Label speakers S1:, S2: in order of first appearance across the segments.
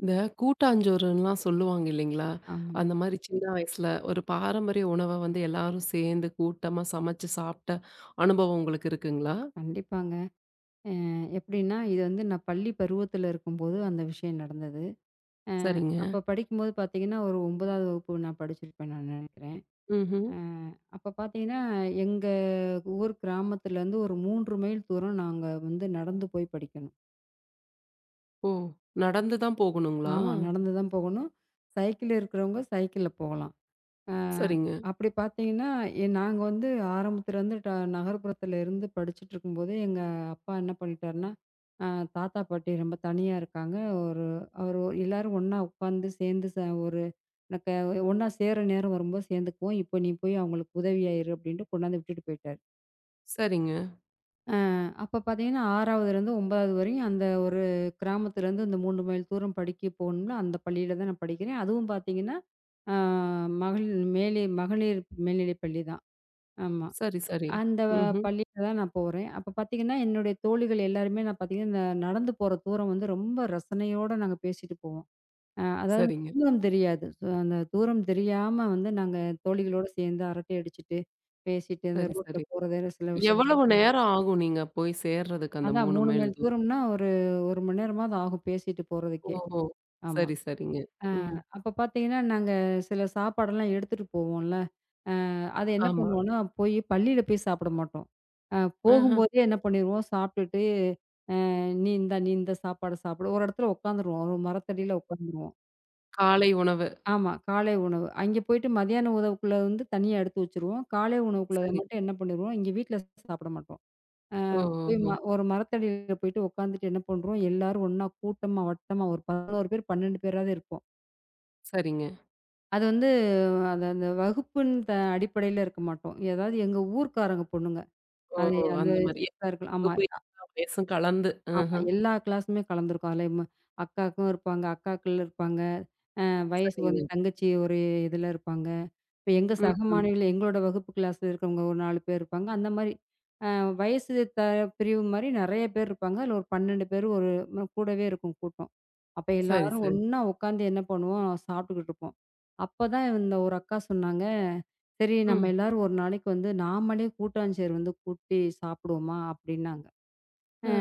S1: இந்த கூட்டாஞ்சோறுன்லாம் சொல்லுவாங்க இல்லைங்களா?
S2: ஆமா.
S1: அந்த மாரி சின்ன வயசுல ஒரு பாரம்பரிய உணவ எல்லாரும் சேர்ந்து கூட்டமா சமைச்சு சாப்பிட்ட அனுபவம் உங்களுக்கு இருக்குங்களா?
S2: கண்டிப்பாங்க. அ எப்படின்னா, இது வந்து நான் பள்ளி பருவத்தில இருக்கும்போது அந்த விஷயம் நடந்தது. அ
S1: சரிங்க.
S2: அப்ப படிக்கும்போது பார்த்தீங்கன்னா, ஒரு 9வது வகுப்பு நான் படிச்சிருப்பேன் நான் நினைக்கிறேன்.
S1: ம்ஹ்ம்.
S2: அ அப்ப பார்த்தீங்கன்னா, எங்க ஊர் கிராமத்துலேருந்து ஒரு 3 மைல் தூரம் நாங்க வந்து நடந்து போய் படிக்கணும்.
S1: ஓ! நடந்து தான் போகணுங்களா?
S2: ஆமா. நடந்து தான் போகணும். சைக்கிள் இருக்கிறவங்க சைக்கிள்ல போகலாம். ஆ
S1: சரிங்க,
S2: அப்படி பார்த்தீங்கன்னா, நாங்க வந்து ஆரம்பத்துலேருந்து நகர்ப்புறத்துல இருந்து படிச்சுட்ருக்கும்போதே, எங்க அப்பா என்ன பண்ணிட்டாருன்னா, அ தாத்தா, பாட்டி ரொம்ப தனியா இருக்காங்க. ஒரு அவரு எல்லாரும் ஒண்ணா உட்காந்து சேர்ந்து ஒரு நக்க ஒண்ணா சேர நேரம் வரும்போது சேர்ந்துக்குவோம். இப்போ நீ போய் அவங்களுக்கு உதவியா இரு அப்படின்ட்டு கொண்டாந்து விட்டுட்டு போயிட்டாரு.
S1: சரிங்க.
S2: அப்ப பார்த்தீங்கன்னா, 6வதுலேருந்து 9வது வரையும் அந்த ஒரு கிராமத்துலேருந்து இந்த 3 மைல் தூரம் படிக்க போகணும்ல, அந்த பள்ளியில தான் நான் படிக்கிறேன். அதுவும் பார்த்தீங்கன்னா, அ மகளிர் மேல்நிலைப்பள்ளி தான். ஆமா.
S1: சரி, சரி.
S2: அந்த
S1: ம்ஹ்ம்.
S2: பள்ளியில தான் நான் போறேன். அப்ப பார்த்தீங்கன்னா, என்னுடைய தோழிகள் எல்லாருமே நான் பார்த்தீங்கன்னா, இந்த நடந்து போற தூரம் வந்து ரொம்ப ரசனையோட நாங்க பேசிட்டு போவோம். அதாவது
S1: சரிங்க.
S2: தூரம் தெரியாது. சோ அந்த தூரம் தெரியாம வந்து நாங்க தோழிகளோட சேர்ந்து அரட்டை அடிச்சுட்டு, பேசிட்டு இந்த
S1: சரி,
S2: ரோட்ல
S1: சரி.
S2: போறது சில விஷயம்.
S1: எவ்வளவு நேரம் ஆகும் நீங்க போய் சேர்றதுக்கு அந்த
S2: அதான்
S1: 3
S2: 3
S1: மைல்
S2: மைல்
S1: தூரம்?
S2: தூரம்னா ஒரு 1 மணி நேரமாவது ஆகும் பேசிட்டு போறதுக்கே.
S1: ஓஹோ!
S2: ஆமா.
S1: சரி, சரிங்க. ம்.
S2: அப்ப பார்த்தீங்கன்னா, நாங்க சில சாப்பாடெல்லாம் எடுத்துட்டு போவோம்ல. அத என்ன
S1: ஆமா.
S2: பண்ணுவோம்னா, போய் பள்ளியில போய் சாப்பிட மாட்டோம். அ
S1: ஆஹ.
S2: போகும்போதே என்ன பண்ணிருவோம் சாப்பிட்டுட்டு நீ இந்த சாப்பாடு சாப்பிடு. ஒரு இடத்துல உட்காந்துருவோம். ஒரு மரத்தடியில உட்காந்துருவோம்.
S1: காலை உணவு.
S2: ஆமா. காலை உணவு. அங்கே போயிட்டு மதியான உணவுக்குள்ள வந்து தனியா எடுத்து வச்சுருவோம். காலை உணவுக்குள்ளத
S1: சரி.
S2: மட்டும் என்ன பண்ணிருவோம், இங்க வீட்ல சாப்பிட மாட்டோம். போய்
S1: ஓஹோஹோ!
S2: ஒரு மரத்தடியில போயிட்டு உட்காந்துட்டு என்ன பண்றோம், எல்லாரும் ஒண்ணா கூட்டமா, வட்டமா ஒரு 11 பேர், 12 பேராவது இருப்போம்.
S1: சரிங்க.
S2: அது வந்து அது அந்த வகுப்புன் அடிப்படையில இருக்க மாட்டோம். ஏதாவது எங்க ஊர்க்காரங்க பொண்ணுங்க.
S1: ஓ!
S2: அது அது
S1: அந்த மாரி.
S2: 6ஆ இருக்கலாம். ஆமா,
S1: உப்பு எல்லா வயசும் கலந்து. ஆஹ.
S2: ஆமா. எல்லா கிளாஸுமே கலந்துருக்கும். அதுல அக்காக்கும் இருப்பாங்க, அக்காக்கள் இருப்பாங்க. வயசுக்கு
S1: சரிங்க.
S2: வந்து தங்கச்சி ஒரு இதில இருப்பாங்க. இப்ப எங்க
S1: ம்,
S2: சக
S1: ம்.
S2: மாணவிகள் எங்களோட வகுப்பு கிளாஸ்ல இருக்கிறவங்க ஒரு 4 பேர் இருப்பாங்க. அந்த மாரி வயசு த பிரிவு மாரி நெறைய பேர் இருப்பாங்க. அதில ஒரு 12 பேர் ஒரு கூடவே இருக்கும் கூட்டம். அப்ப
S1: சரி,
S2: எல்லாரும்
S1: சரி.
S2: ஒண்ணா உட்காந்து என்ன பண்ணுவோம், சாப்பிட்டுக்கிட்டு இருப்போம். அப்பதான் இந்த ஒரு அக்கா சொன்னாங்க, "சரி நம்ம
S1: ம்.
S2: எல்லாரும் ஒரு நாளைக்கு வந்து நாமளே கூட்டாஞ்சேறு வந்து கூட்டி சாப்பிடுவோமா?" அப்படின்னாங்க.
S1: ஆ.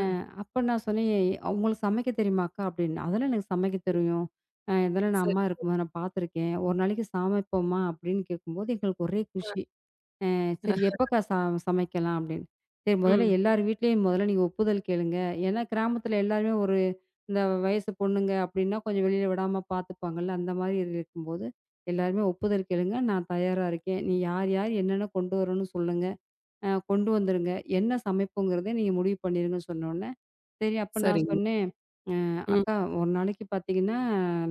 S2: அப்ப நான் சொன்னேன், "ஏய், உங்களுக்கு சமைக்க தெரியுமா அக்கா?" அப்படின்னு. "அதெல்லாம் எனக்கு சமைக்க தெரியும். இதெல்லாம் நான்
S1: சரி.
S2: அம்மா இருக்கும்போது நான் பார்த்துருக்கேன். ஒரு நாளைக்கு சமைப்போம்மா" அப்படின்னு கேட்கும்போது எங்களுக்கு ஒரே குஷி. "சரி எப்பக்கா சமைக்கலாம்?" அப்படின்னு. "சரி முதல்ல
S1: ம்.
S2: எல்லார் வீட்லயும் முதல்ல நீங்க ஒப்புதல் கேளுங்க. ஏன்னா கிராமத்துல எல்லாருமே ஒரு இந்த வயசு பொண்ணுங்க அப்படின்னா கொஞ்சம் வெளியில விடாம பார்த்துப்பாங்கல்ல. அந்த மாதிரி இருக்கும்போது எல்லாருமே ஒப்புதல் கேளுங்க. நான் தயாரா இருக்கேன். நீ யார் யார் என்னென்ன கொண்டு வரணும்னு சொல்லுங்க. கொண்டு வந்துருங்க. என்ன சமைப்போங்கிறத நீங்க முடிவு பண்ணிருங்கன்னு" சொன்னோனே சரி, அப்ப நான்
S1: சரிங்க.
S2: சொன்னேன், "அ
S1: ம்.
S2: அக்கா ஒரு நாளைக்கு பார்த்தீங்கன்னா,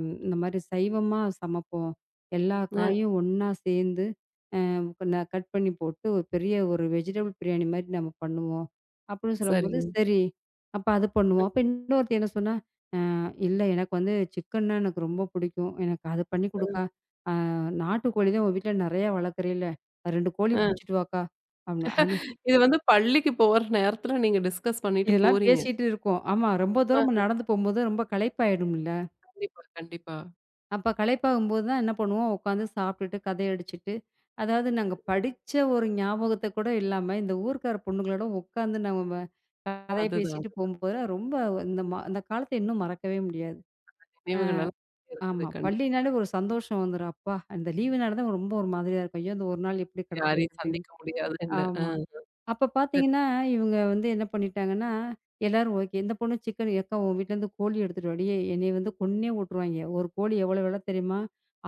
S2: இந்த மாரி சைவமா சமைப்போம். எல்லா
S1: ஆ.
S2: காயும் ஒண்ணா சேர்ந்து அ கட் பண்ணி போட்டு ஒரு பெரிய ஒரு வெஜிடபிள் பிரியாணி மாரி நம்ம பண்ணுவோம்." அப்படின்னு சொல்லும்போது,
S1: சரிங்க.
S2: சரி, அப்ப அது பண்ணுவோம். அப்ப இன்னொருத்தி என்ன சொன்னா, "அ இல்ல எனக்கு வந்து சிக்கன்னா எனக்கு ரொம்ப பிடிக்கும். எனக்கு அது பண்ணி குடுக்கா. நாட்டுக்கோழி தான் உன் வீட்ல நெறையா வளர்க்குறீல்ல. 2 கோழி
S1: ஆ.
S2: புடிச்சிட்டு வாக்கா." அப்படின்னு. அப்படி
S1: இது பள்ளிக்கு போற நேரத்துல நீங்க டிஸ்கஸ் பண்ணிட்டு
S2: இதெல்லாம்
S1: போறீங்க.
S2: பேசிட்டு இருக்கோம். ஆமா, ரொம்ப தூரம்
S1: ஆ.
S2: நடந்து போம்போது ரொம்ப களைப்பாயிடும்ல.
S1: கண்டிப்பா, கண்டிப்பா.
S2: அப்ப களைப்பாகும்போது தான் என்ன பண்ணுவோம், உட்காந்து சாப்பிட்டுட்டு, கதையடிச்சுட்டு, அதாவது நாங்க படிச்ச ஒரு ஞாபகத்த கூட இல்லாம, இந்த ஊர்க்கார பொண்ணுங்களோட உட்காந்து நம்ம கதைய
S1: அதுதான்.
S2: பேசிட்டு
S1: அது
S2: போகும்போது, ரொம்ப இந்த அந்த காலத்த இன்னும் மறக்கவே முடியாது.
S1: நினைவுகள் எல்லாம் இருக்குது.
S2: ஆமா.
S1: கண்டிப்பா.
S2: பள்ளினாலே ஒரு சந்தோஷம் வந்துரும். அப்பா! அந்த லீவுனால தான் ரொம்ப ஒரு மாதிரியா இருக்கும். ஐயோ! இந்த ஒரு நாள் எப்படி கடத்துறது
S1: யாரையும்
S2: அப்படின்னு.
S1: சந்திக்க முடியாதுன்னு. ஆ.
S2: ஆமா. அப்ப
S1: சரி,
S2: பார்த்தீங்கன்னா, இவுங்க வந்து என்ன பண்ணிட்டாங்கன்னா, எல்லாரும் ஓகே. இந்த பொண்ணு சிக்கன் "அக்கா உன் வீட்லேருந்து கோழி எடுத்துட்டு வாடி, என்னைய வந்து கொன்னே வுட்டுருவாய்ங்க. ஒரு கோழி எவ்வளோ வெல தெரியுமா?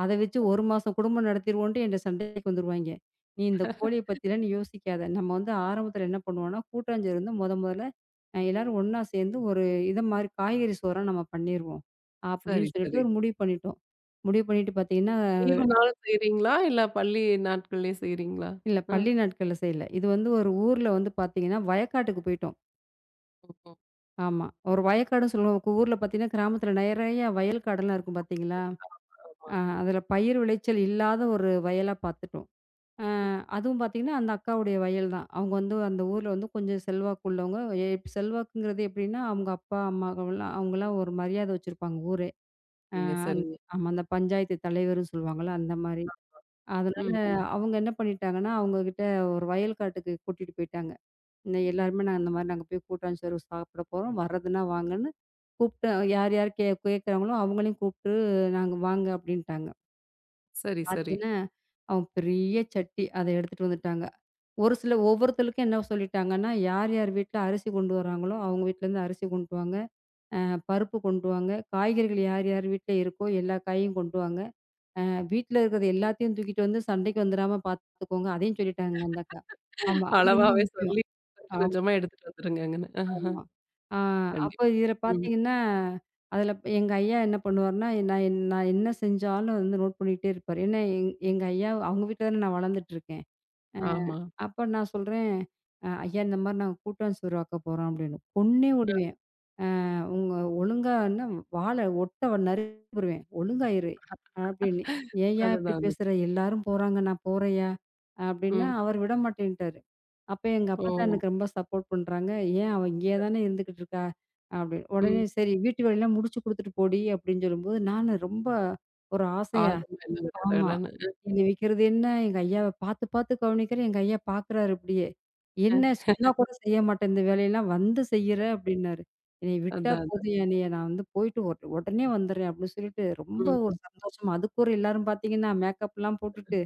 S2: அத வச்சு 1 மாசம் குடும்பம் நடத்திருவோன்ட்டு" என்ட்ட சண்டைக்கு வந்துருவாய்ங்க. "நீ இந்த கோழிய பத்திலாம் நீ யோசிக்காத. நம்ம வந்து ஆரம்பத்தில என்ன பண்ணுவோம்னா, கூட்டாஞ்சோறு வந்து மொதல்ல எல்லாரும் ஒண்ணா சேர்ந்து ஒரு இத மாரி காய்கறி சோறா நம்ம பண்ணிருவோம்."
S1: சரி,
S2: அப்படின்னு சொல்லிட்டு
S1: சரி.
S2: ஒரு முடிவு பண்ணிட்டோம். முடிவு பண்ணிட்டு பார்த்தீங்கன்னா,
S1: லீவு நாளும் செய்றீங்களா? இல்ல பள்ளி நாட்கள்லயே செய்றீங்களா?
S2: இல்ல
S1: ஆ.
S2: பள்ளி நாட்கள்ல செய்யல. இது வந்து ஒரு ஊர்ல வந்து பார்த்தீங்கன்னா, வயக்காட்டுக்கு போயிட்டோம்.
S1: ஓஹோ!
S2: ஆமா. ஒரு வயக்காடுன்னு சொல்லுவோம். ஊர்ல பார்த்தீங்கன்னா, கிராமத்தில நிறைய வயல் காடெல்லாம் இருக்கும் பார்த்தீங்களா?
S1: ஆமா, ஆமா.
S2: அதில பயிர் விளைச்சல் இல்லாத ஒரு வயலா பார்த்துட்டோம். அ
S1: ம்.
S2: அதுவும் பார்த்தீங்கன்னா, அந்த அக்காவுடைய வயல் தான். அவங்க வந்து அந்த ஊர்ல வந்து கொஞ்சம் செல்வாக்கு உள்ளவங்க. எ செல்வாக்குங்கிறது எப்படின்னா, அவங்க அப்பா, அம்மா அவங்கலாம் அவங்கலாம் ஒரு மரியாதை வச்சிருப்பாங்க ஊரே. அ
S1: சரிங்க,
S2: அந்
S1: சரிங்க.
S2: ஆமா. அந்த பஞ்சாயத்து தலைவர்ன்னு சொல்லுவாங்கல்ல, அந்த மாரி. அதனால
S1: ம், ம்.
S2: அவங்க என்ன பண்ணிட்டாங்கன்னா, அவங்ககிட்ட ஒரு வயல் காட்டுக்கு கூட்டிட்டு போயிட்டாங்க. "இந்த எல்லாருமே நாங்க இந்த மாரி நாங்க போய் கூட்டாஞ்சோறு சாப்பிட போறோம். வர்றதுன்னா வாங்கன்னு" கூப்பிட்டு யார் யார் கேட்குறாங்களோ அவங்களையும் கூப்பிட்டு நாங்க வாங்க அப்படின்ட்டாங்க.
S1: சரி, சரி.
S2: பார்த்தீங்கன்னா, அவங்க பெரிய சட்டி அத எடுத்துட்டு வந்துட்டாங்க. ஒரு சில ஒவ்வொருத்தருக்கும் என்ன சொல்லிட்டாங்கன்னா, யார் யார் வீட்ல அரிசி கொண்டு வராங்களோ அவங்க வீட்லேருந்து அரிசி கொண்டுட்டு வாங்க, அ பருப்பு கொண்டு வாங்க, காய்கறிகள் யார் யார் வீட்ல இருக்கோ எல்லா காயும் கொண்டு வாங்க. அ வீட்ல இருக்கிறது எல்லாத்தையும் தூக்கிட்டு வந்து சண்டைக்கு வந்துராம பார்த்துக்கோங்க. அதையும் சொல்லிட்டாங்க அந்த அக்கா. ஆமா. அது ரொம்ப
S1: அளவாவே
S2: முக்கியம்.
S1: சொல்லி கொஞ்சம் கொஞ்சமா எடுத்துட்டு வந்துருங்கங்கன்னு. ஆஹா,
S2: ஆமா. ஆ அப்போ
S1: கண்டிப்பா.
S2: இதில
S1: ம்.
S2: பார்த்தீங்கன்னா, அதில எங்க ஐயா என்ன பண்ணுவாருன்னா, நான் என்ன செஞ்சாலும் வந்து நோட் பண்ணிட்டே இருப்பாரு. ஏன்னா எங்க ஐயா அவங்க வீட்ல தானே நான் வளர்ந்துட்டு இருக்கேன். அ
S1: ஆமா.
S2: அப்ப நான் சொல்றேன், "ஐயா இந்த மாரி நாங்க கூட்டான் சோறு ஆக்க போறோம்" அப்படின்னு. கொன்னே
S1: அ.
S2: விடுவேன். உங்க ஒழுங்கான்னா வால ஒட்ட நறுக்குருவேன். "ஒழுங்காயிரு" அப்படின்னு. "ஏன்யா இப்படி
S1: அதுதான் அது.
S2: பேசுற? எல்லாரும் போறாங்க, நான் போறேன்யா" அப்படின்னா,
S1: ம்.
S2: அவர் விடமாட்டேன்ட்டாரு. அப்ப எங்க
S1: ஓ!
S2: அப்பத்தா எனக்கு ரொம்ப சப்போர்ட் பண்றாங்க. "ஏன் அவ இங்கேயே தானே இருந்துகிட்டு இருக்கா" அப்படின்னு. உடனே
S1: ம்.
S2: "சரி வீட்டு வேலையெல்லாம் முடிச்சு குடுத்துட்டு போடி" அப்படின்னு சொல்லும்போது, நானு ரொம்ப ஒரு ஆசையா
S1: ஆர்வம் என்ன
S2: ஆமா.
S1: விடுறான்னு.
S2: என்ன விக்கிறது என்ன, எங்க ஐயாவ பார்த்து, பார்த்து கவனிக்கிறேன். எங்க ஐயா பார்க்குறாரு இப்படியே. "என்ன சொன்னா கூட செய்ய மாட்டேன் இந்த வேலையெல்லாம், வந்து செய்யற" அப்படின்னாரு. "என்னைய விட்டா
S1: அதான்.
S2: போதும் என்னைய நான் வந்து போயிட்டு உடனே வந்துடுறேன்" அப்படின்னு சொல்லிட்டு ரொம்ப
S1: ம்.
S2: ஒரு
S1: ம்.
S2: சந்தோஷமா அதுக்கு ஒரு எல்லாரும் பார்த்தீங்கன்னா, மேக்கப்லாம் போட்டுட்டு,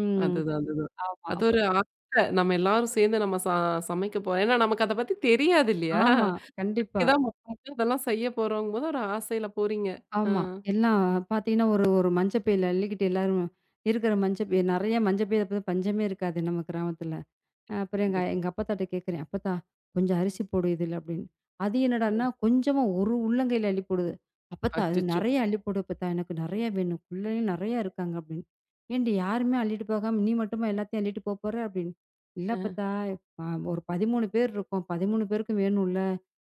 S2: ம்.
S1: அதுதான், அதுதான்.
S2: ஆமா.
S1: அது ஒரு
S2: அப்புறம்
S1: ஆசை. நம்ம எல்லாரும் சேர்ந்து நம்ம ச சமைக்க போறோம். ஏன்னா நமக்கு அத பத்தி தெரியாது இல்லையா?
S2: ஆமா. கண்டிப்பா.
S1: இப்பதான் மொத மொத இதெல்லாம் செய்ய போறோங்கும்போது ஒரு ஆசையில போறீங்க. ஆ.
S2: ஆமா. எல்லாம் பார்த்தீங்கன்னா, ஒரு ஒரு மஞ்ச பையில அள்ளிக்கிட்டு எல்லாரும் இருக்கிற மஞ்ச பை நெறைய மஞ்ச பை அப்ப பஞ்சமே இருக்காது நம்ம கிராமத்துல. அப்புறம் எங்க
S1: கண்டிப்பா.
S2: எங்க அப்பத்தாட்ட கேட்குறேன். "அப்பத்தா கொஞ்சம் அரிசி போடு இதுல" அப்படின்னு. அது என்னடான்னா,
S1: ம்.
S2: கொஞ்சமா ஒரு உள்ளங்கையில அள்ளி போடுது. "அப்பத்தா இது
S1: அச்சச்சோ!
S2: நெறைய அள்ளி போடு அப்பத்தா, எனக்கு நெறைய வேணும். பிள்ளையும் நெறையா இருக்காங்க" அப்படின்னு. "ஏன்டி யாருமே அள்ளிட்டு போகாம நீ மட்டுமா எல்லாத்தையும் அள்ளிட்டு போற?" அப்படின்னு. "இல்ல அப்பத்தா, அ ஒரு 13 பேர் இருக்கோம். 13 பேருக்கும் வேணும்ல.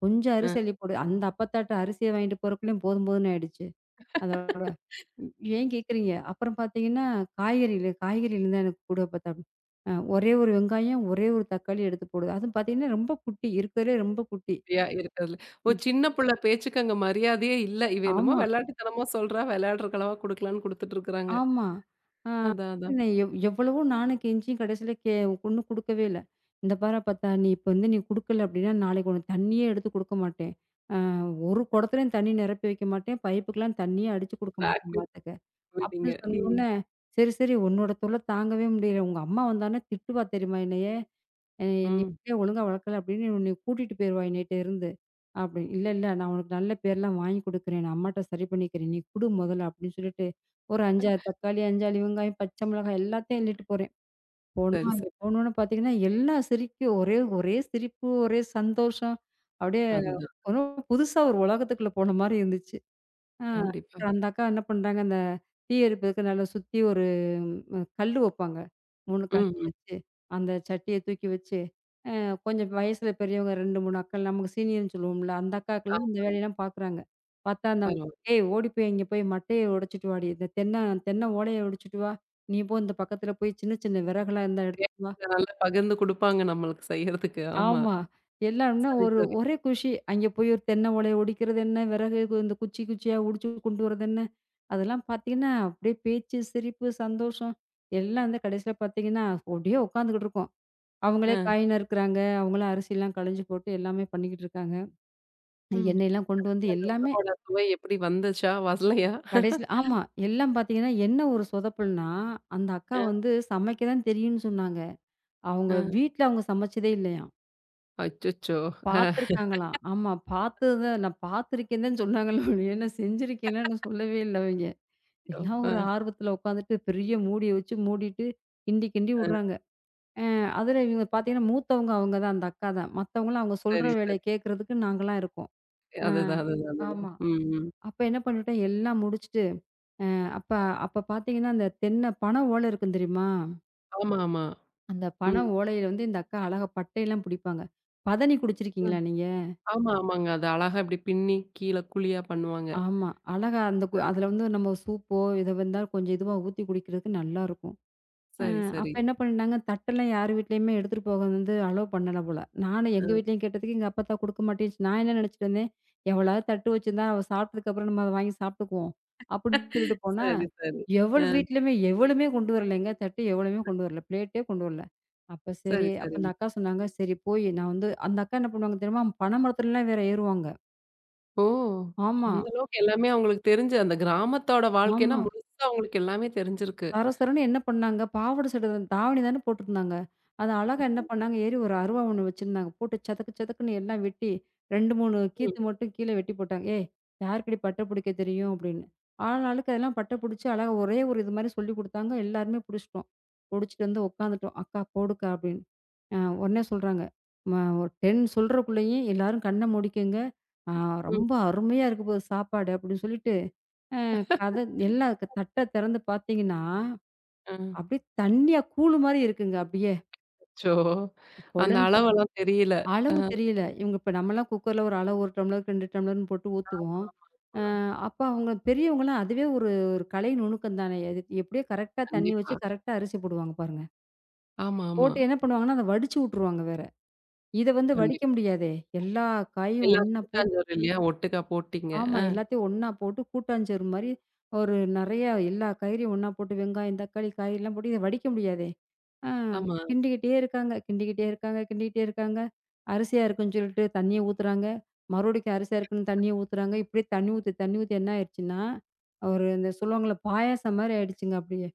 S2: கொஞ்சம்
S1: அ.
S2: அரிசி அள்ளி போடு." அந்த அப்பத்தாட்ட அரிசிய வாங்கிட்டு போறக்குள்ளயும் போதும் போதும்ன்னு ஆயிடுச்சு. அதோட. ம். ஏன் கேட்குறீங்க? அப்புறம் பார்த்தீங்கன்னா, காய்கறில காய்கறில தான் எனக்கு கூட பார்த்தா ஒரே ஒரு வெங்காயம், ஒரே ஒரு தக்காளி எடுத்து போடுது. அதுவும் பார்த்தீங்கன்னா, ரொம்ப குட்டி. இருக்கிறதுலே ரொம்ப குட்டி.
S1: அப்படியா இருக்கிறதுல. ஓ!
S2: ம்.
S1: சின்ன புள்ள பேச்சுக்கு அங்க மரியாதையே இல்ல. இவ என்னமோ
S2: ஆமா,
S1: விளையாட்டுத்தனமா சொல்றா, விளையாடுறக்கலவா குடுக்கலான்னு குடுத்துட்டு இருக்கிறாங்க.
S2: ஆமா. ஆ
S1: அதான், அதான்.
S2: நான் எவ்வளவோ நானும் கெஞ்சியும் கடைசியில ஒண்ணும் குடுக்கவே இல்ல. இந்த பாரா பார்த்தா, நீ இப்ப வந்து நீ குடுக்கல அப்டின்னா, நாளைக்கு உனக்கு தண்ணியே எடுத்து குடுக்க மாட்டேன். அ ஒரு குடத்துலயும் தண்ணி நிரப்பி வைக்க மாட்டேன். பைப்புக்கெல்லாம் தண்ணியே அடிச்சு குடுக்க
S1: பிளாக்
S2: மாட்டேன் பார்த்துக்க.
S1: மீட்டிங்
S2: அப்படின்னு
S1: ம்,
S2: சொன்னோனே, சரி, சரி உன்னோட தொல்ல தாங்கவே முடியல. உங்க அம்மா வந்தான்னா திட்டுவா தெரியுமா என்னைய? அ "நீ
S1: ம்.
S2: பிள்ளைய ஒழுங்கா வளர்க்கல அப்படின்னு உன்னை கூட்டிட்டு போயிருவா என்னைட்ட இருந்து" அப்படின்னு. "இல்ல, இல்ல நான் உனக்கு நல்ல பேர்லாம் வாங்கி குடுக்குறேன். நான் அம்மாட்ட சரி பண்ணிக்கிறேன். நீ குடு முதல்ல" அப்படின்னு சொல்லிட்டு ஒரு 5, 6 தக்காளி, 5, 6 வெங்காயம், பச்சை மிளகாய் எல்லாத்தையும் அள்ளிட்டு போறேன். போனா ம்.
S1: சரி,
S2: அங்க
S1: சரி.
S2: போனோனே பார்த்தீங்கன்னா, எல்லா சிரிக்கு ஒரே ஒரே சிரிப்பு, ஒரே சந்தோஷம். அப்படியே ம்.
S1: அதுதான்.
S2: ஒன்னும் புதுசா ஒரு உலகத்துக்குள்ள போன மாரி இருந்துச்சு. ஆ
S1: கண்டிப்பா.
S2: அப்புறம் அந்த அக்கா என்ன பண்றாங்க, அந்த தீ எரிப்பதுக்கு நல்லா சுத்தி ஒரு கல்லு வைப்பாங்க. 3 கல்
S1: ம், ம்.
S2: வச்சு, அந்த சட்டிய தூக்கி வச்சு அ கொஞ்சம் வயசுல பெரியவங்க 2, 3 அக்கள் நமக்கு சீனியர்ன்னு சொல்லுவோம்ல. அந்த
S1: ஆ
S2: அக்காக்கெல்லாம் இந்த வேலையெல்லாம் பார்க்குறாங்க. பார்த்தா அந்த
S1: பரவால்ல.
S2: "ஏய் ஓடி போய் இங்க போய் மட்டைய உடைச்சுட்டு வாடி. இந்த தென்னை தென்னை ஓலைய உடைச்சுட்டு வா. நீ போ இந்த பக்கத்துல போய் சின்ன சின்ன விறகெல்லாம் இருந்தா எடுத்துட்டு வா."
S1: தேவைகள நல்லா பகிர்ந்து குடுப்பாங்க நம்மளுக்கு செய்யறதுக்கு. ஆமா.
S2: ஆமா. எல்லாம்னா
S1: சரி,
S2: ஒரு
S1: சரி.
S2: ஒரே குஷி. அங்கே போய் ஒரு தென்னை ஓலைய ஒடிக்கிறது என்ன, விறகு இந்த குச்சி குச்சியா ஒடிச்சு கொண்டு வரது என்ன, அதெல்லாம் பார்த்தீங்கன்னா, அப்படியே பேச்சு, சிரிப்பு, சந்தோஷம் எல்லாம் வந்து கடைசியில பார்த்தீங்கன்னா, அப்படியே உட்காந்துக்கிட்டு இருக்கோம். அவங்களே
S1: அ,
S2: காய் நறுக்குறாங்க. அவங்களே அரிசிலாம் களைஞ்சு போட்டு எல்லாமே பண்ணிக்கிட்டு இருக்காங்க.
S1: ம்.
S2: எண்ணெயெல்லாம் கொண்டு வந்து எல்லாமே
S1: உணவோட சுவை எப்படி வந்துச்சா? வரலையா?
S2: கடைசில ஆமா. எல்லாம் பார்த்தீங்கன்னா, என்ன ஒரு சொதப்பல்னா, அந்த அக்கா
S1: அ,
S2: வந்து சமைக்க தான் தெரியும்னு சொன்னாங்க. அவங்க
S1: அ.
S2: வீட்ல அவங்க சமைச்சதே இல்லயாம்.
S1: அச்சச்சோ!
S2: பார்த்துருக்காங்களாம். ஆமா. பார்த்தது நான் பார்த்துருக்கேன் தான் சொன்னாங்களே ஒழிய, நான் செஞ்சிருக்கேன்லாம் நான் சொல்லவே இல்ல அவைங்க.
S1: ஐயோ!
S2: எல்லாம்
S1: அ,
S2: ஒரு ஆர்வத்துல உட்காந்துட்டு பெரிய மூடிய வச்சு மூடிட்டு கிண்டி கிண்டி
S1: அ.
S2: விடுறாங்க. அ அதில இவங்க பார்த்தீங்கன்னா, மூத்தவங்க அவங்க தான் அந்த அக்கா தான். மத்தவங்கலாம் அவங்க சொல்ற
S1: சரி, சரி.
S2: வேலைய கேட்கறதுக்கு நாங்கலாம் இருக்கோம்.
S1: அதுதான், அதுதான், அதுதான்.
S2: ஆமா.
S1: ம், ம்.
S2: அப்ப என்ன பண்ணிட்டேன், எல்லாம் முடிச்சுட்டு, அப்ப அப்ப பார்த்தீங்கன்னா, அந்த தென்னை பனை ஓலை இருக்கும் தெரியுமா?
S1: ஆமா, ஆமா.
S2: அந்த பனை
S1: ம்.
S2: ஓலையில வந்து இந்த அக்கா அழகா பட்டையெல்லாம் பிடிப்பாங்க. பதனி
S1: அ.
S2: குடிச்சிருக்கீங்களா நீங்க?
S1: ஆமா, ஆமாங்க. அத அழகா இப்டி பின்னி கீழ குழியா பண்ணுவாங்க.
S2: ஆமா. அழகா அந்த அதில வந்து நம்ம சூப்போ, எது வந்தா கொஞ்சம் இதுவா ஊத்தி குடிக்கிறதுக்கு நல்லாருக்கும். அ
S1: சரி,
S2: அப்ப
S1: சரி.
S2: என்ன பண்ணிட்டாங்க, தட்டெல்லாம் யார் வீட்லயுமே எடுத்துட்டு போக வந்து அலோ பண்ணல போல. நானும் எங்க
S1: அ
S2: வீட்லயும் கேட்டதுக்கு, எங்க அப்பத்தா குடுக்க மாட்டேன்ச்சு. நான் என்ன நினைச்சுட்டு இருந்தேன், எவளாவது தட்டு வச்சிருந்தா, அவ சாப்பிட்டதுக்கப்புறம் நம்ம அத வாங்கி சாப்பிட்டுக்குவோம். அப்படின்னு சொல்லிட்டு போனா,
S1: சரி, சரி.
S2: எவள்
S1: அ
S2: வீட்லயுமே எவளுமே கொண்டு வரலைங்க. தட்டு எவளுமே கொண்டு வரல. பிளேட்டே கொண்டு வரல. அப்ப சரி
S1: சரி,
S2: அப்ப அந்த
S1: சரிங்க.
S2: அக்கா சொன்னாங்க, "சரி போய்" நான் வந்து அந்த அக்கா என்ன பண்ணுவாங்க தெரியுமா? பனை மரத்துலலாம் வேற ஏறுவாங்க.
S1: ஓ!
S2: ஆமா,
S1: அந்த அளவுக்கு எல்லாமே அவங்களுக்கு தெரிஞ்சு அந்த கிராமத்தோட வாழ்க்கைன்னா
S2: ஆமா.
S1: முழுசா அவங்களுக்கு எல்லாமே தெரிஞ்சிருக்கு.
S2: சர சரன்னு என்ன பண்ணாங்க, பாவாட சட்ட தாவணி தானே போட்டுருந்தாங்க. அத அழகா என்ன பண்ணாங்க, ஏறி ஒரு அருவா ஒண்ணு வச்சிருந்தாங்க. போட்டு சதக்கு சதக்குன்னு எல்லாம் வெட்டி 2, 3
S1: ம்,
S2: கீத்து மட்டும் கீழ வெட்டி போட்டாங்க. "ஏய்! யாருக்குடி பட்ட புடிக்க தெரியும்?" அப்படின்னு. ஆளாளுக்கு அதெல்லாம் பட்ட புடிச்சு அழகா ஒரே ஒரு இது மாரி சொல்லிக் குடுத்தாங்க. எல்லாருமே புடிச்சுட்டோம். புடிச்சுட்டு வந்து உட்காந்துட்டோம். "அக்கா போடுக்கா" அப்படின்னு. அ உடனே சொல்றாங்க, ஒரு 10 சொல்றக்குள்ளேயும் எல்லாரும் கண்ண மூடிக்கங்க. அ
S1: ம்.
S2: ரொம்ப அருமையா இருக்க போகுது சாப்பாடு" அப்படின்னு சொல்லிட்டு, அ கத எல்லா தட்ட திறந்து பார்த்தீங்கன்னா
S1: அ.
S2: அப்படியே தண்ணியா கூழு மாரி இருக்குங்க அப்படியே.
S1: அச்சோ! அந்த
S2: கொழஞ்சு
S1: அளவெல்லாம் தெரியல. அ
S2: அளவு தெரியல. இவங்க இப்ப நம்மலாம் குக்கர்ல ஒரு அளவு 1 டம்ளர் 2 டம்ளர்ன்னு போட்டு ஊத்துவோம்.
S1: ஆமாமா.
S2: அ அப்ப அவங்க பெரியவங்கலாம் அதுவே ஒரு ஒரு கலை நுணுக்கம் தானே. அது எப்படியோ கரெக்ட்டா தண்ணி
S1: கண்டிப்பா.
S2: வச்சு கரெக்ட்டா அரிசி போடுவாங்க பாருங்க.
S1: ஆமா, ஆமா.
S2: போட்டு என்ன பண்ணுவாங்கன்னா, அத வடிச்சு வுட்டுருவாங்க வேற. இத வந்து வடிக்க
S1: கண்டிப்பா.
S2: முடியாதே! எல்லா காயும்
S1: எல்லா
S2: ஒண்ணா போட்டு
S1: கூட்டாஞ்சோறு இல்லையா? ஒட்டுக்கா போட்டீங்க.
S2: ஆமா.
S1: அ
S2: எல்லாத்தையும் ஒண்ணா போட்டு கூட்டாஞ்சோறு மாரி ஒரு நெறைய எல்லா காய்கறியும் ஒண்ணா போட்டு வெங்காயம், தக்காளி, காய்லாம் போட்டு இத வடிக்க முடியாதே! ஆ
S1: ஆமா.
S2: கிண்டிக்கிட்டே இருக்காங்க. அரிசியா இருக்குன்னு சொல்லிட்டு தண்ணிய ஊத்துறாங்க. மறுபடிக்கும் அரிசியா இருக்குன்னு தண்ணிய ஊத்துறாங்க. இப்படியே தண்ணி ஊத்தி என்ன ஆயிடுச்சுன்னா, ஒரு இந்த சொல்லுவாங்கள்ல பாயாசம் மாரி ஆயிடுச்சுங்க அப்படியே.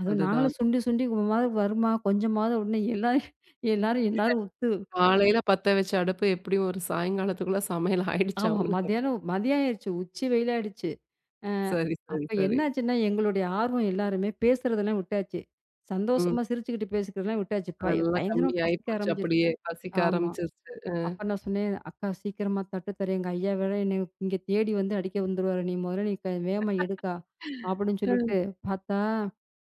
S2: அதுவும்
S1: அதுதான்.
S2: நாங்களும்
S1: அது
S2: சுண்டி சுண்டி மாரி வருமா, கொஞ்சமாவது உடனே எல்லாரும் எல்லாரும் எல்லாரும் உத்து
S1: காலையில பத்த வச்ச அடுப்பு எப்டியும் ஒரு சாயங்காலத்துக்குள்ள சமையல் ஆயிடுச்சு
S2: ஆமா.
S1: அவங்களுக்கு.
S2: மதியானம் மதியம் ஆயிருச்சு. உச்சி வெயில் ஆயிடுச்சு. அ
S1: சரி,
S2: அப்ப
S1: சரி, சரி.
S2: என்னாச்சுன்னா, எங்களுடைய ஆர்வம் எல்லாருமே பேசுறதெல்லாம் விட்டாச்சு.
S1: ம்.
S2: சந்தோஷமா சிரிச்சுக்கிட்டு பேசிக்கிறதெல்லாம் விட்டாச்சு.
S1: அதெல்லாம்
S2: பயங்கரமா
S1: கம்மி
S2: பசிக்க
S1: ஆயிப்போச்சு
S2: ஆரம்பிச்சுருச்சு.
S1: அப்படியே. பசிக்க
S2: ஆமா.
S1: ஆரம்பிச்சுருச்சு. அ.
S2: அப்ப நான் சொன்னேன், "அக்கா சீக்கிரமா தட்டு தரேன். எங்க ஐயா வேற என்னை இங்க தேடி வந்து அடிக்க வந்துருவாரு. நீ முதல்ல நீ வேகமா எடுக்கா" அப்படின்னு சொல்லிட்டு
S1: அ.
S2: பார்த்தா,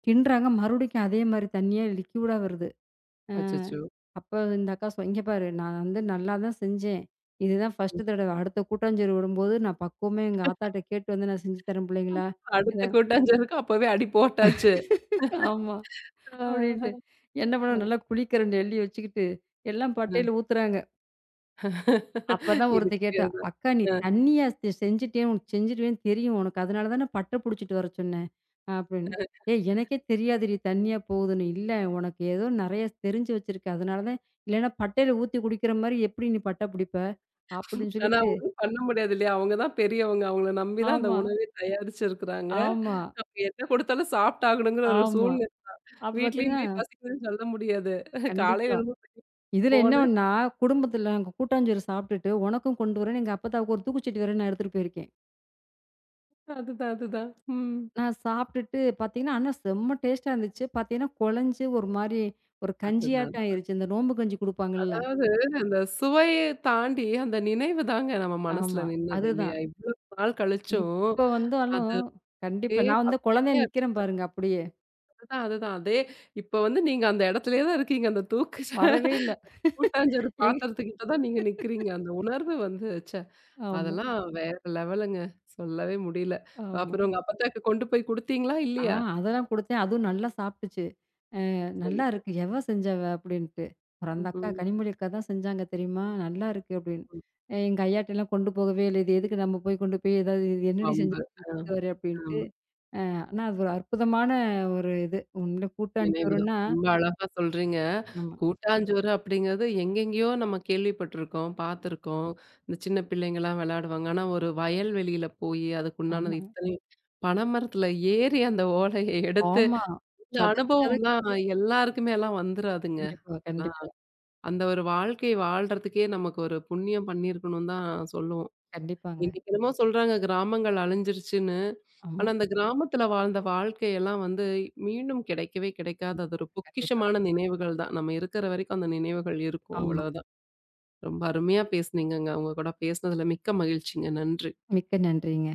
S2: கிண்டுறாங்க மறுபடிக்கும் அதே மாரி தண்ணியா லிக்யூடா வருது. அ
S1: அச்சச்சோ!
S2: அப்ப இந்த அக்கா "இங்க பாரு நான் வந்து நல்லா தான் செஞ்சேன். இதுதான்
S1: ம்.
S2: ஃபர்ஸ்ட்டு தடவ. அடுத்த கூட்டாஞ்சோறு விடும்போது நான் பக்குவமா எங்க ஆத்தாட்ட கேட்டு வந்து நான் செஞ்சு தரேன் பிள்ளைங்களா" இத
S1: அடுத்த கூட்டாஞ்சோறுக்கு அப்பவே அடி போட்டாச்சு.
S2: ஆமா.
S1: ஆ.
S2: அப்டின்ட்டு. என்ன பண்ண
S1: அ.
S2: நல்லா குழிக்கரண்டி அள்ளி வச்சுக்கிட்டு, எல்லாம்
S1: அ.
S2: பட்டையில ஊத்துறாங்க. அப்பதான் ஒருத்தி
S1: இதுக்கு
S2: கேட்டா,
S1: பேரு தான்.
S2: "அக்கா நீ
S1: அ.
S2: தண்ணியா செஞ்சுட்டே உனக்கு செஞ்சுருவேன்னு தெரியும் உனக்கு. அதனால தானே பட்ட புடிச்சிட்டு வர சொன்னேன்." அப்டின்னு.
S1: அ.
S2: "ஏய் எனக்கே தெரியாதுடி தண்ணியா போகுதுன்னு." "இல்ல உனக்கு ஏதோ நெறைய தெரிஞ்சு வச்சிருக்க. அதனால தான் இல்லன்னா பட்டையில ஊத்தி குடிக்கிற மாரி எப்டி நீ பட்ட புடிப்ப?" அப்டின்னு
S1: ஆனா
S2: சொல்லிட்டு
S1: ஒண்ணும் பண்ண முடியாது இல்லையா? அவங்க தான் பெரியவங்க. அவங்கள நம்பி தான் அந்த
S2: ஆமா,
S1: உணவே தயாரிச்சிருக்கிறாங்க.
S2: ஆமா,
S1: அப்ப என்ன கொடுத்தாலும் சாப்ட்டாகணுங்கிற ஒரு
S2: ஆமா.
S1: சூழ்நிலை.
S2: அப்ப
S1: வீட்லயும்
S2: பார்த்தீங்கன்னா
S1: போய் பசிக்குதுன்னு சொல்ல முடியாது. காலையில
S2: கண்டிப்பா.
S1: எழுந்து
S2: இதில என்ன
S1: போனேன்.
S2: ஒண்ணா, குடும்பத்தில அங்க கூட்டாஞ்சோறு சாப்பிட்டுட்டு, உனக்கும் கொண்டு வரேன்னு எங்க அப்பத்தாவுக்கு ஒரு தூக்குச்சட்டி வேற நான் எடுத்துட்டு போயிருக்கேன்.
S1: அதுதான், அதுதான். ம்.
S2: நான் சாப்பிட்டுட்டு பார்த்தீங்கன்னா, ஆனா செம்ம டேஸ்ட்டா இருந்துச்சு. பார்த்தீங்கன்னா, குழஞ்சு ஒரு மாரி ஒரு
S1: அதுதான்.
S2: கஞ்சியாட்டம் ஆயிருச்சு. இந்த நோம்பு கஞ்சி குடுப்பாங்கள்ல.
S1: அதாவது அந்த சுவைய தாண்டி, அந்த நினைவு தாங்க நம்ம மனசுல
S2: ஆமா.
S1: நின்னது
S2: அதுதான்.
S1: இல்லையா? இவ்வளோ நாள் கழிச்சும்,
S2: இப்ப வந்தாலும் கண்டிப்பா.
S1: அதுவே
S2: நான் வந்து குழந்தையா
S1: பசுமையா
S2: நிக்கிறேன்
S1: இருக்கு.
S2: பாருங்க அப்படியே.
S1: அதுதான், அதுதான். அதே இப்ப நீங்க அந்த இடத்திலேயே தான் இருக்கீங்க. அந்த தூக்கு
S2: வரவே இல்ல.
S1: கூட்டாஞ்சோறு
S2: எங்க
S1: பாத்திரத்துக்கிட்ட தான் நீங்க நிக்கிறீங்க. அந்த உணர்வு வந்து ச்சே!
S2: ஆமா,
S1: அதெல்லாம் வேற லெவலுங்க. சொல்லவே முடியல.
S2: ஆமா.
S1: அப்புறம் உங்க அப்பத்தாக்கு கொண்டு போய் குடுத்தீங்களா?
S2: ஆ
S1: இல்லையா?
S2: அதெல்லாம் குடுத்தேன். அதுவும் நல்லா சாப்பிட்டுச்சு.
S1: சரி.
S2: "நல்லா இருக்கு. எவ செஞ்சவ?" அப்படின்ட்டு. அப்புறம் அந்த அக்கா,
S1: ம்.
S2: "கனிமொழி அக்கா தான் செஞ்சாங்க தெரியுமா? நல்லா இருக்கு" அப்படின்னு.
S1: ம்.
S2: எங்க அய்யாட்டலாம் கொண்டு போகவே இல்ல. இது எதுக்கு நம்ம போய் கொண்டு போய் ஏதாவது "இது என்னடி
S1: வம்பு. ஆ.
S2: திட்டுவாரு" அப்படின்ட்டு.
S1: ஆமா.
S2: ஆனா அது ஒரு அற்புதமான ஒரு இது. உண்மையிலே
S1: நினைவுதான்.
S2: கூட்டாஞ்சோறுன்னா
S1: ரொம்ப அழகா சொல்றீங்க.
S2: ஆமா,
S1: கூட்டாஞ்சோறு அப்படிங்கிறது எங்கெங்கேயோ நம்ம கேள்விப்பட்டுருக்கோம், பார்த்துருக்கோம். இந்த சின்ன பிள்ளைங்கலாம் விளையாடுவாங்க. ஆனா ஒரு வயல் வெளியில போயி அதுக்கு உண்டானது
S2: ஆமாங்க.
S1: இத்தனையும் பனைமரத்துல ஏறி அந்த ஓலைய எடுத்து
S2: ஆமா.
S1: இந்த
S2: சதக்கு சதக்கு.
S1: அனுபவம்லாம் எல்லாருக்குமேலாம் வந்துராதுங்க.
S2: கண்டிப்பா,
S1: அதெல்லாம்
S2: கண்டிப்பா.
S1: அந்த ஒரு வாழ்க்கை வாழ்றதுக்கே நமக்கு ஒரு புண்ணியம் பண்ணியிருக்கணும்னு தான் சொல்லுவோம்.
S2: கண்டிப்பாங்க.
S1: இன்னைக்கு என்னமோ சொல்றாங்க கிராமங்கள் அழிஞ்சிருச்சுன்னு.
S2: ஆமா.
S1: ஆனா, அந்த கிராமத்துல வாழ்ந்த வாழ்க்கையெல்லாம் மீண்டும் கிடைக்கவே கிடைக்காது.
S2: கண்டிப்பா,
S1: அது ஒரு
S2: கண்டிப்பா.
S1: பொக்கிஷமான நினைவுகள் தான். நம்ம இருக்கிற வரைக்கும் அந்த நினைவுகள் இருக்கும்.
S2: ஆமா.
S1: அவ்வளோதான். ரொம்ப அருமையா பேசுனீங்கங்க. உங்க கூட பேசுனதுல மிக்க மகிழ்ச்சிங்க. நன்றி.
S2: மிக்க நன்றிங்க.